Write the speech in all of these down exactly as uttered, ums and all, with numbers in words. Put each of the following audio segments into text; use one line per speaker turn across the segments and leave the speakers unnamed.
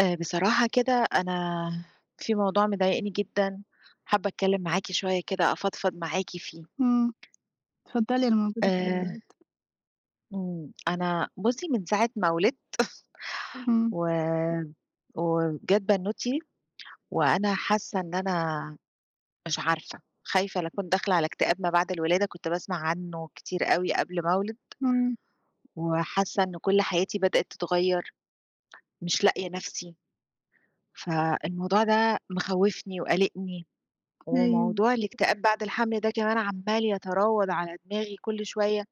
آآ بصراحة كده أنا في موضوع مضايقني جدًا، حابة أتكلّم معاكِ شوية كده أفضفض معاكِ فيه.
إمم، اتفضلي أنا موجودة في أي
آآ
وقت.
إمم، أنا بُصّي من ساعة ما ولدت
إمم.
و وجات بنوتي وأنا حاسة إن أنا مش عارفة، خايفة لا أكون داخلة على اكتئاب ما بعد الولادة، كنت باسمع عنّه كتير أوي قبل ما أولد،
إمم.
وحاسة إن كل حياتي بدأت تتغيّر، مش لاقية نَفْسي، فالموضوع ده مخوّفني وقالقني.
أيوه.
وموضوع الاكتئاب بعد الحمل ده كمان عمّال يتراود على دماغي كل شوية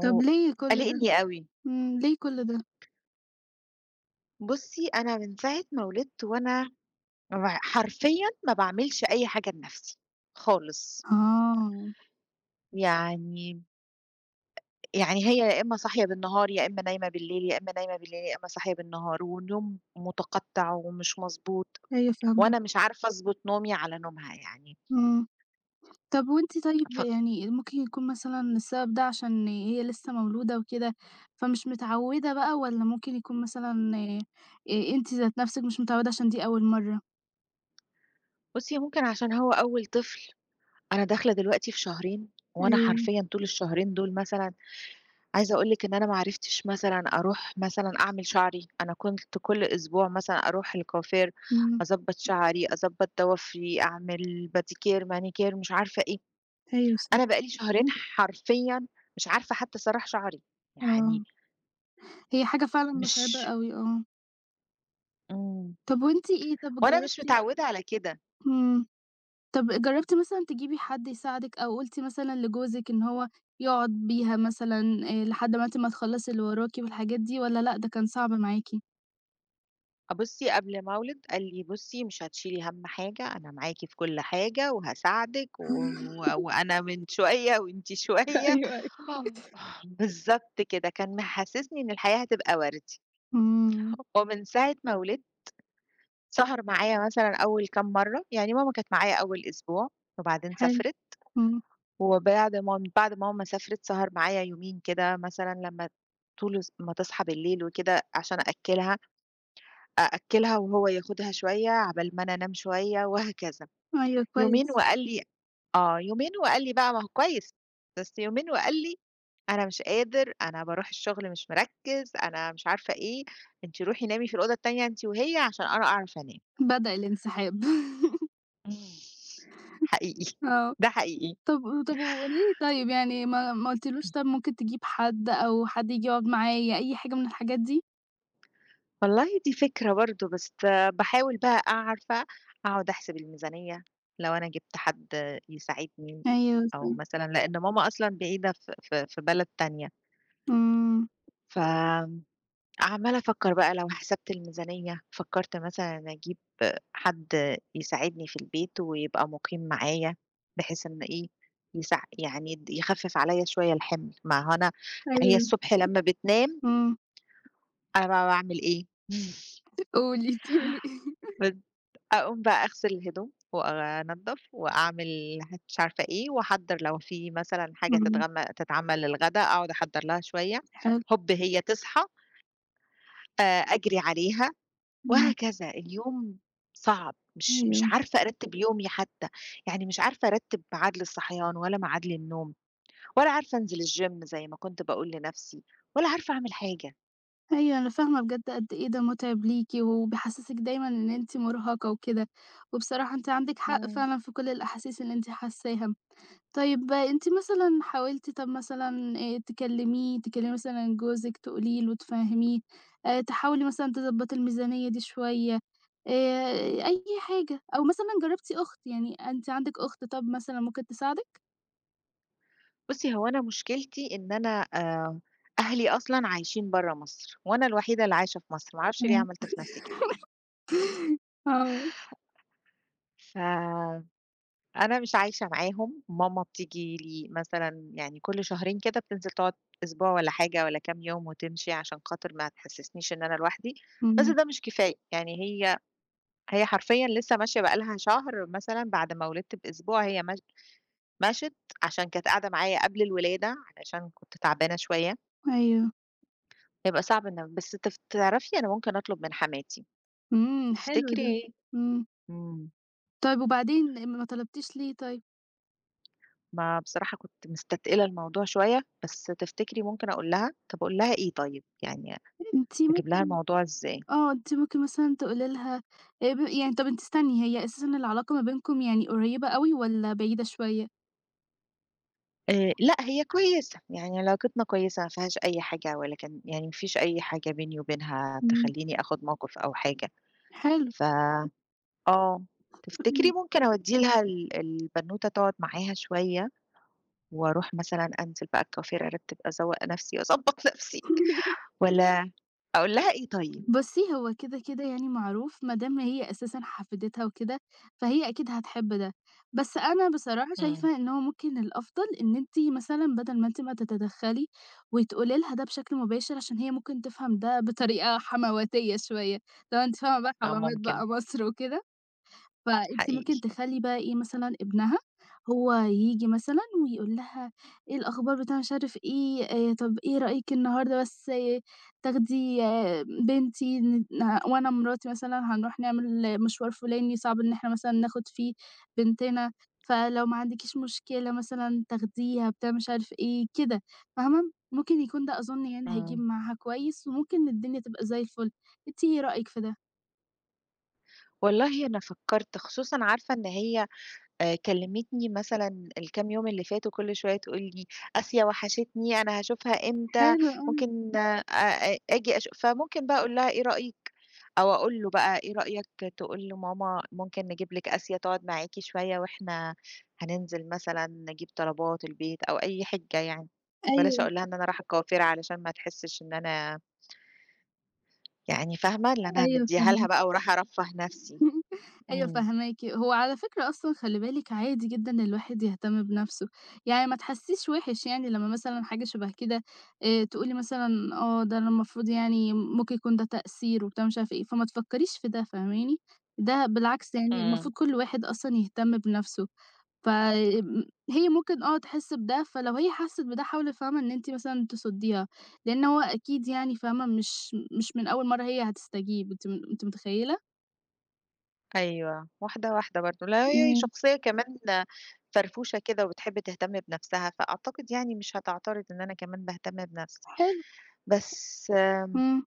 طب ليه كل ده؟
أوي.
إمم، ليه كل ده؟
بُصّي، أنا من ساعة ما ولدت وأنا ع حرفيًا ما باعملش أي حاجة لنفسي خالص.
آه.
يعني يعني هي يا إمّا صاحية بالنهار، يا إمّا نايمة بالليل، يا إمّا نايمة بالليل، يا إمّا صاحية بالنهار، ونوم متقطّع ومش مضبوط،
أيوه فاهماكِ.
وأنا مش عارفة أضبط نومي على نومها يعني.
إمم. طب وأنتِ طيب
ف
يعني ممكن يكون مثلًا السبب ده عشان هي لسه مولودة وكده، فمش متعودة بقى والّا ممكن يكون مثلًا آآ أنتِ ذات نفسِك مش متعودة عشان دي أول مرة؟
بُصّي، ممكن عشان هو أول طفل أنا داخلة دلوقتي في شهرين، وأنا
أيوه.
حرفيًا طول الشهرين دول مثلًا عايزة أقول لِك إن أنا ما عرفتش مثلًا أروح مثلًا أعمل شعري، أنا كنت كل أسبوع مثلًا أروح الكوافير،
إمم.
أضبّط شعري، أضبّط ضوافري، أعمل باديكير، مانيكير، مش عارفة إيه،
أيوه صح.
أنا بقى لي شهرين حرفيًا مش عارفة حتى أسرّح شعري، يعني
آه. هي حاجة فعلًا متعبة
مش
أوي، آه.
إمم،
طب وأنتِ إيه طب
وأنا مش
جربتِ.
متعودة على كده.
إمم. طب جرّبتِ مثلًا تجيبي حد يساعدِك أو قُلتِ مثلًا لجوزِك إن هو يقعد بيها مثلًا آآ لحد ما أنتِ ما تخلّصي اللي وراكِ والحاجات دي والّا لأ، ده كان صعب معاكِ؟
بُصّي قبل ما أولد قال لي: "بُصّي مش هتشيلي هَم حاجة، أنا معاكِ في كل حاجة وهاساعدِك و و وأنا من شوية وأنتِ شوية."
أيوه، أيوه.
بالضبط كده، كان محسسني إن الحياة هتبقى وردي،
إمم.
ومن ساعة ما ولدت سهر معايا مثلًا أول كام مرّة، يعني ماما كانت معايا أول أسبوع وبعدين
حلو.
سافرت،
إمم.
وبعد ما بعد ما ماما سافرت سهر معايا يومين كده مثلًا لمّا طول الس ما تصحى بالليل وكده عشان أأكّلها. أأكّلها وهو ياخدها شوية، عقبال ما أنا أنام شوية وهكذا.
أيوه
يومين
كويس.
وقال لي آه، يومين وقال لي بقى ما هو كويس، بس يومين وقال لي: "أنا مش قادر، أنا باروح الشغل مش مركّز، أنا مش عارفة إيه، أنتِ روحي نامي في الأوضة التانية أنتِ وهي عشان أنا أعرف أنام."
بدأ الانسحاب.
إمم. حقيقي،
آه.
ده حقيقي.
طب طب وليه طيب يعني ما ما قُلتيلوش طب ممكن تجيب حد أو حد ييجي يقعد معايا أي حاجة من الحاجات دي؟
والله دي فكرة برضه، بس باحاول بقى عارفة، أقعد أحسب الميزانية، لو أنا جِبت حد يساعدني
أيوه
أو
صح.
مثلًا لإن ماما أصلًا بعيدة في في في بلد تانية،
إمم.
فعمّالة أفكّر بقى لو حسبت الميزانية، فكّرت مثلًا أجيب حد يساعدني في البيت ويبقى مُقيم معايا، بحيث إن إيه، يساع يعني د يخفِّف عليّا شوية الحِمل، ما هو أنا هي
أيوه.
الصبح لمّا بتنام
إمم.
أنا بقى باعمل إيه،
قولي بتقولي إيه؟
أقوم بقى أغسل الهدوم، وأنضّف، وأعمل ه مش عارفة إيه، وأحضّر لو في مثلًا حاجة
إمم.
تتغم تتعمل للغدا، أقعد أحضّر لها شوية،
حلو.
هوب هي تصحى، آآ أجري عليها،
إمم.
وهكذا. اليوم صعب، مش مش
أيوه.
عارفة أرتّب يومي حتى، يعني مش عارفة أرتّب ميعاد للصحيان، ولا ميعاد للنوم، ولا عارفة أنزل الgym زي ما كنت باقول لنفسي، ولا عارفة أعمل حاجة.
أيوه، أنا فاهمة بجد قد إيه ده مُتعِب ليكِ، وبيحسّسِك دايمًا إن أنتِ مُرهَقة وكده، وبصراحة أنتِ عندِك حق
إمم.
فعلًا في كل الأحاسيس اللي أنتِ حاسّاها. طيب أنتِ مثلًا حاولتِ طَب مثلًا آآ تكلّميه، تكلّمي مثلًا جوزِك تقولي له، تفهّميه، آآ تحاولي مثلًا تضبّطي الميزانية دي شوية، آآ أي حاجة، أو مثلًا جرّبتِ أخت، يعني أنتِ عندِك أخت طَب مثلًا ممكن تساعدِك؟
بُصّي، هو أنا مشكلتي إن أنا آآ أهلي أصلًا عايشين برّه مصر، وأنا الوحيدة اللي عايشة في مصر، ما أعرفش ليه
إمم،
عملت في نفسي كده.
آه.
فأنا مش عايشة معاهم، ماما بتيجي لي مثلًا يعني كل شهرين كده بتنزل تقعد أسبوع والّا حاجة والّا كام يوم وتمشي عشان خاطر ما تحسسنيش إن أنا لوحدي، بس
إمم.
ده مش كفاية، يعني هي هي حرفيًا لسه ماشية بقى لها شهر مثلًا بعد ما ولدت بأسبوع هي مش مشت عشان كانت قاعدة معايا قبل الولادة، علشان كنت تعبانة شوية.
أيوه.
هيبقى صعب إن بس تف تعرفي أنا ممكن أطلب من حماتي،
إمم. حلو ده.
تفتكري
إمم.
إمم،
طيب وبعدين ما طلبتيش ليه طيب؟
ما بصراحة كنت مستتقلة الموضوع شوية، بس تفتكري ممكن أقول لها؟ طب أقول لها إيه طيب، يعني
أنتِ
أجيب لها
ممكن.
الموضوع إزاي؟
آه، أنتِ ممكن مثلًا تقولي لها آآ، ب يعني طب أنتِ استني هي أساسًا العلاقة ما بينكم يعني قريبة أوي والّا بعيدة شوية؟
آآ، لأ هي كويسة، يعني علاقتنا كويسة ما فيهاش أي حاجة ولكن يعني ما فيش أي حاجة بيني وبينها
إمم.
تخلّيني آخد موقف أو حاجة،
حلو.
ف آه، تفتكري ممكن أودّي لها ال البنوتة تقعد معاها شوية، وأروح مثلًا أنزل بقى الكافيه أرتب أزوّق نفسي، أضبّط نفسي والّا أقول لها إيه طيب؟
بُصّي، هو كده، كده يعني معروف ما دام هي أساسًا حفيدتها وكده، فهي أكيد هتحب ده. بس أنا بصراحة
إمم.
شايفة إن هو ممكن الأفضل إن أنتِ مثلًا بدل ما أنتِ ما تتدخّلي وتقولي لها ده بشكل مباشر عشان هي ممكن تفهم ده بطريقة حمواتية شوية، لو أنتِ فاهمة بقى
آه
حمامات
ممكن.
بقى مصر وكده، فأنتِ ممكن
حقيقي.
تخلّي بقى إيه مثلًا ابنها هو ييجي مثلًا ويقول لها إيه الأخبار بتاع مش عارف إيه، آآ طب إيه رأيِك النهارده بس آه تاخدي آه بنتي ن ن- وأنا مراتي مثلًا هنروح نعمل مشوار فلاني صعب إن إحنا مثلًا ناخد فيه بنتنا، فلو ما عندكيش مشكلة مثلًا تاخديها بتاع مش عارف إيه كده، فاهمة؟ ممكن يكون ده أظن يعني هيجيب
إمم.
معاها كويس، وممكن الدنيا تبقى زي الفل، أنتِ إيه رأيِك في ده؟
والله أنا فكّرت خصوصًا عارفة إن هي آآ كلّمتني مثلًا الكام يوم اللي فاتوا كل شوية تقول لي: "آسيا وحشتني، أنا هاشوفها إمتى،
حلو، آه.
ممكن أ أ آجي أشو" فممكن بقى أقول لها إيه رأيِك أو أقول له بقى إيه رأيك تقول لماما ممكن نجيب لِك آسيا تقعد معاكِ شوية وإحنا هننزل مثلًا نجيب طلبات البيت أو أي حِجة يعني، بلاش
أيوه.
أقول لها إن أنا رايحة القاهرة علشان ما تحسّش إن أنا يعني فاهمة، اللي أنا
أيوه
مدّياها لها
فاهماكِ.
بقى ورايحة أرفّه نَفْسي.
أيوه
إمم.
فاهماكِ، هو على فكرة أصلًا خلّي بالِك عادي جدًا إن الواحد يهتم بنَفْسه، يعني ما تحسّيش وِحِش يعني لمّا مثلًا حاجة شبه كده آآ تقولي مثلًا آه، ده أنا المفروض يعني ممكن يكون ده تقصير وبتاع مش عارفة إيه، فما تفكّريش في ده فاهماني، ده بالعكس يعني
إمم.
المفروض كل واحد أصلًا يهتم بنَفْسه، ف آمم هي ممكن آه تحِس بده، فلو هي حَسِّت بده حاولي فاهمة إن أنتِ مثلًا تصُدّيها، لإن هو أكيد يعني فاهمة مش مش من أول مرّة هي هتستجيب أنتِ م أنتِ متخيّلة؟
أيوه، واحدة، واحدة برضه. لا هي
إمم.
شخصية كمان فرفوشة كده وبتحب تهتم بنَفْسها، فأعتقد يعني مش هتعترض إن أنا كمان باهتم بنَفْسي.
حلو،
بس
إمم.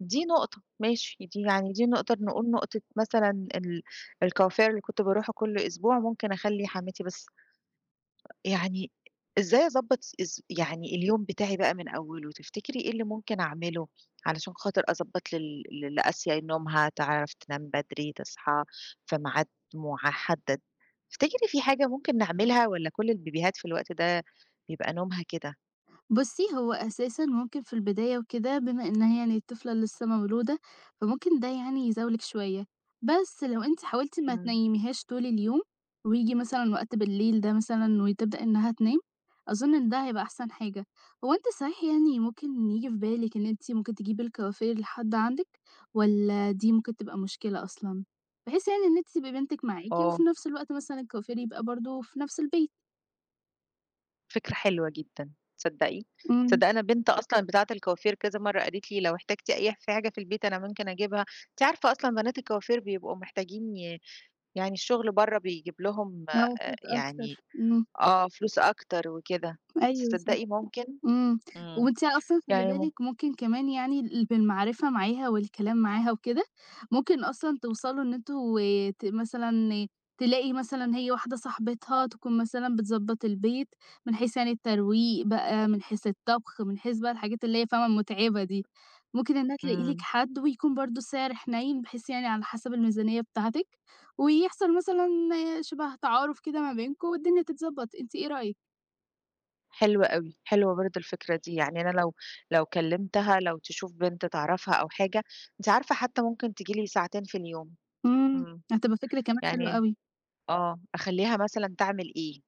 دي نقطة ماشي، دي يعني دي نقدر نقول نقطة مثلًا ال الكوافير اللي كنت باروحه كل أسبوع ممكن أخلّي حماتي بس يعني إزاي أضبّط إز يعني اليوم بتاعي بقى من أوّله، تفتكري إيه اللي ممكن أعمله علشان خاطر أضبّط لل ل لآسيا نومها، تعرف تنام بدري، تصحى في ميعاد محدد، تفتكري في حاجة ممكن نعملها والّا كل البيبيهات في الوقت ده بيبقى نومها كده؟
بُصّي، هو أساسًا ممكن في البداية وكده بما إنها يعني الطفلة لسه مولودة، فممكن ده يعني يزاولِك شوية، بس لو أنتِ حاولتِ ما
إمم.
تنيّميهاش طول اليوم وييجي مثلًا وقت بالليل ده مثلًا وتبدأ إنها تنام، أظن إن ده هيبقى أحسن حاجة. هو أنتِ صحيح يعني ممكن ييجي في بالِك إن أنتِ ممكن تجيبي الكوافير لحد عندِك والّا دي ممكن تبقى مشكلة أصلًا؟ بحيث يعني إن أنتِ تبقي بنتِك معاكِ وفي
آه،
نفس الوقت مثلًا الكوافير يبقى برضه في نفس البيت.
فكرة حلوة جدًا، تصدّقي،
إمم.
تصدّقي أنا بنت أصلًا بتاعة الكوافير كذا مرّة قالت لي لو احتجتِ أي ف حاجة في البيت أنا ممكن أجيبها، أنتِ عارفة أصلًا بنات الكوافير بيبقوا محتاجين ي يعني الشغل برّه بيجيب لهم
آه،
آآ
فلوس
يعني
أكتر، إمم.
آه، فلوس أكتر وكده،
أيوه صح.
تصدّقي ممكن؟
إمم،
إمم.
وأنتِ أصلًا خلّي
يعني مم
بالِك ممكن كمان يعني ال بالمعرفة معاها والكلام معاها وكده، ممكن أصلًا توصلوا إن أنتم ت مثلًا تلاقي مثلًا هي واحدة صاحبتها تكون مثلًا بتضبّط البيت، من حيث يعني الترويق بقى، من حيث الطبخ، من حيث بقى الحاجات اللي هي فاهمة المُتعبة دي، ممكن إنها تلاقي لِك
إمم،
حد ويكون برضه سعر حنين بحيث يعني على حسب الميزانية بتاعتِك، ويحصل مثلًا آه، شبه تعارُف كده ما بينكم والدنيا تتضبّط، أنتِ إيه رأيك؟
حلو أوي، حلوة برضه الفكرة دي، يعني أنا لو لو كلّمتها لو تشوف بنت تعرفها أو حاجة، أنتِ عارفة حتى ممكن تيجي لي ساعتين في اليوم،
إمم.
إمم.
هتبقى فكرة كمان حلوة
يعني
أوي.
آه، أخلّيها مثلًا تعمل إيه؟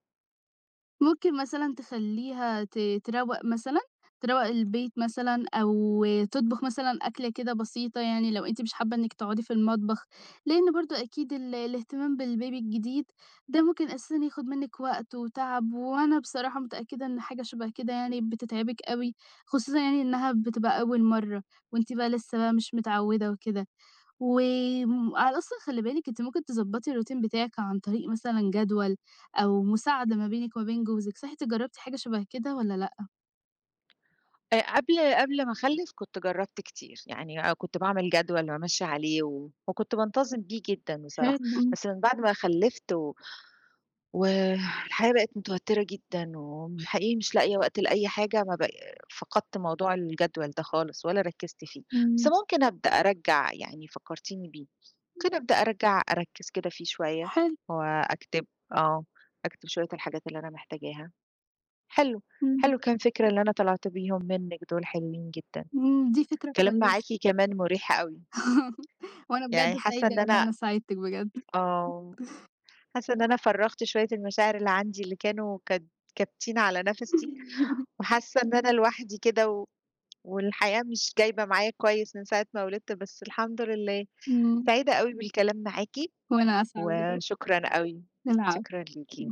ممكن مثلًا تخلّيها ت تروّق مثلًا، تروّق البيت مثلًا أو تطبخ مثلًا أكلة كده بسيطة يعني لو أنتِ مش حابة إنِّك تقعدي في المطبخ، لإن برضه أكيد ال الاهتمام بالبيبي الجديد ده ممكن أساسًا ياخُد منِّك وقت وتعب، وأنا بصراحة متأكدة إن حاجة شبه كده يعني بتتعبِك أوي، خصوصًا يعني إنها بتبقى أول مرّة وأنتِ بقى لسه بقى مش متعوّدة وكده. وآمم على أصلًا خلّي بالِك أنتِ ممكن تضبّطي الروتين بتاعِك عن طريق مثلًا جدول أو مساعدة ما بينِك وما بين جوزِك، صح أنتِ جرّبتِ حاجة شبه كده والّا لأ؟
آآ قبل قبل ما أخلّف كنت جرّبت كتير، يعني آه، كنت باعمل جدول وأمشّي عليه و وكنت بانتظم بيه جدًا
حلو.
بصراحة،
إمم،
بس من بعد ما خلّفت و والحياة بقت متوترة جدًا، وحقيقي مش لاقية وقت لأي حاجة، ما بق فقدت موضوع الجدول ده خالص ولا ركّزت فيه، بس
إمم.
ممكن أبدأ أرجّع يعني فكّرتيني بيه، ممكن أبدأ أرجّع أركّز كده فيه شوية
حلو.
وأكتب آه، أكتب شوية الحاجات اللي أنا محتاجاها. حلو،
إمم،
حلو كام فكرة اللي أنا طلعت بيهم منِّك دول حلوين جدًا.
إمم. دي فكرة
الكلام
كويسة.
معاكِ كمان مُريح أوي،
وأنا بجد
يعني حاسة
سعيدة
إن
إن
أنا
أنا ساعدتِك بجد.
آه، حاسة إن أنا فرّغت شوية المشاعر اللي عندي اللي كانوا كد كابتين على نَفَسي. وحاسة إن أنا لوحدي كده و والحياة مش جايبة معايا كويس من ساعة ما ولدت، بس الحمد لله.
إمم،
سعيدة أوي بالكلام معاكِ،
وأنا أسعد بجد،
وشكرًا أوي،
العفو.
شكرًا ليكِ.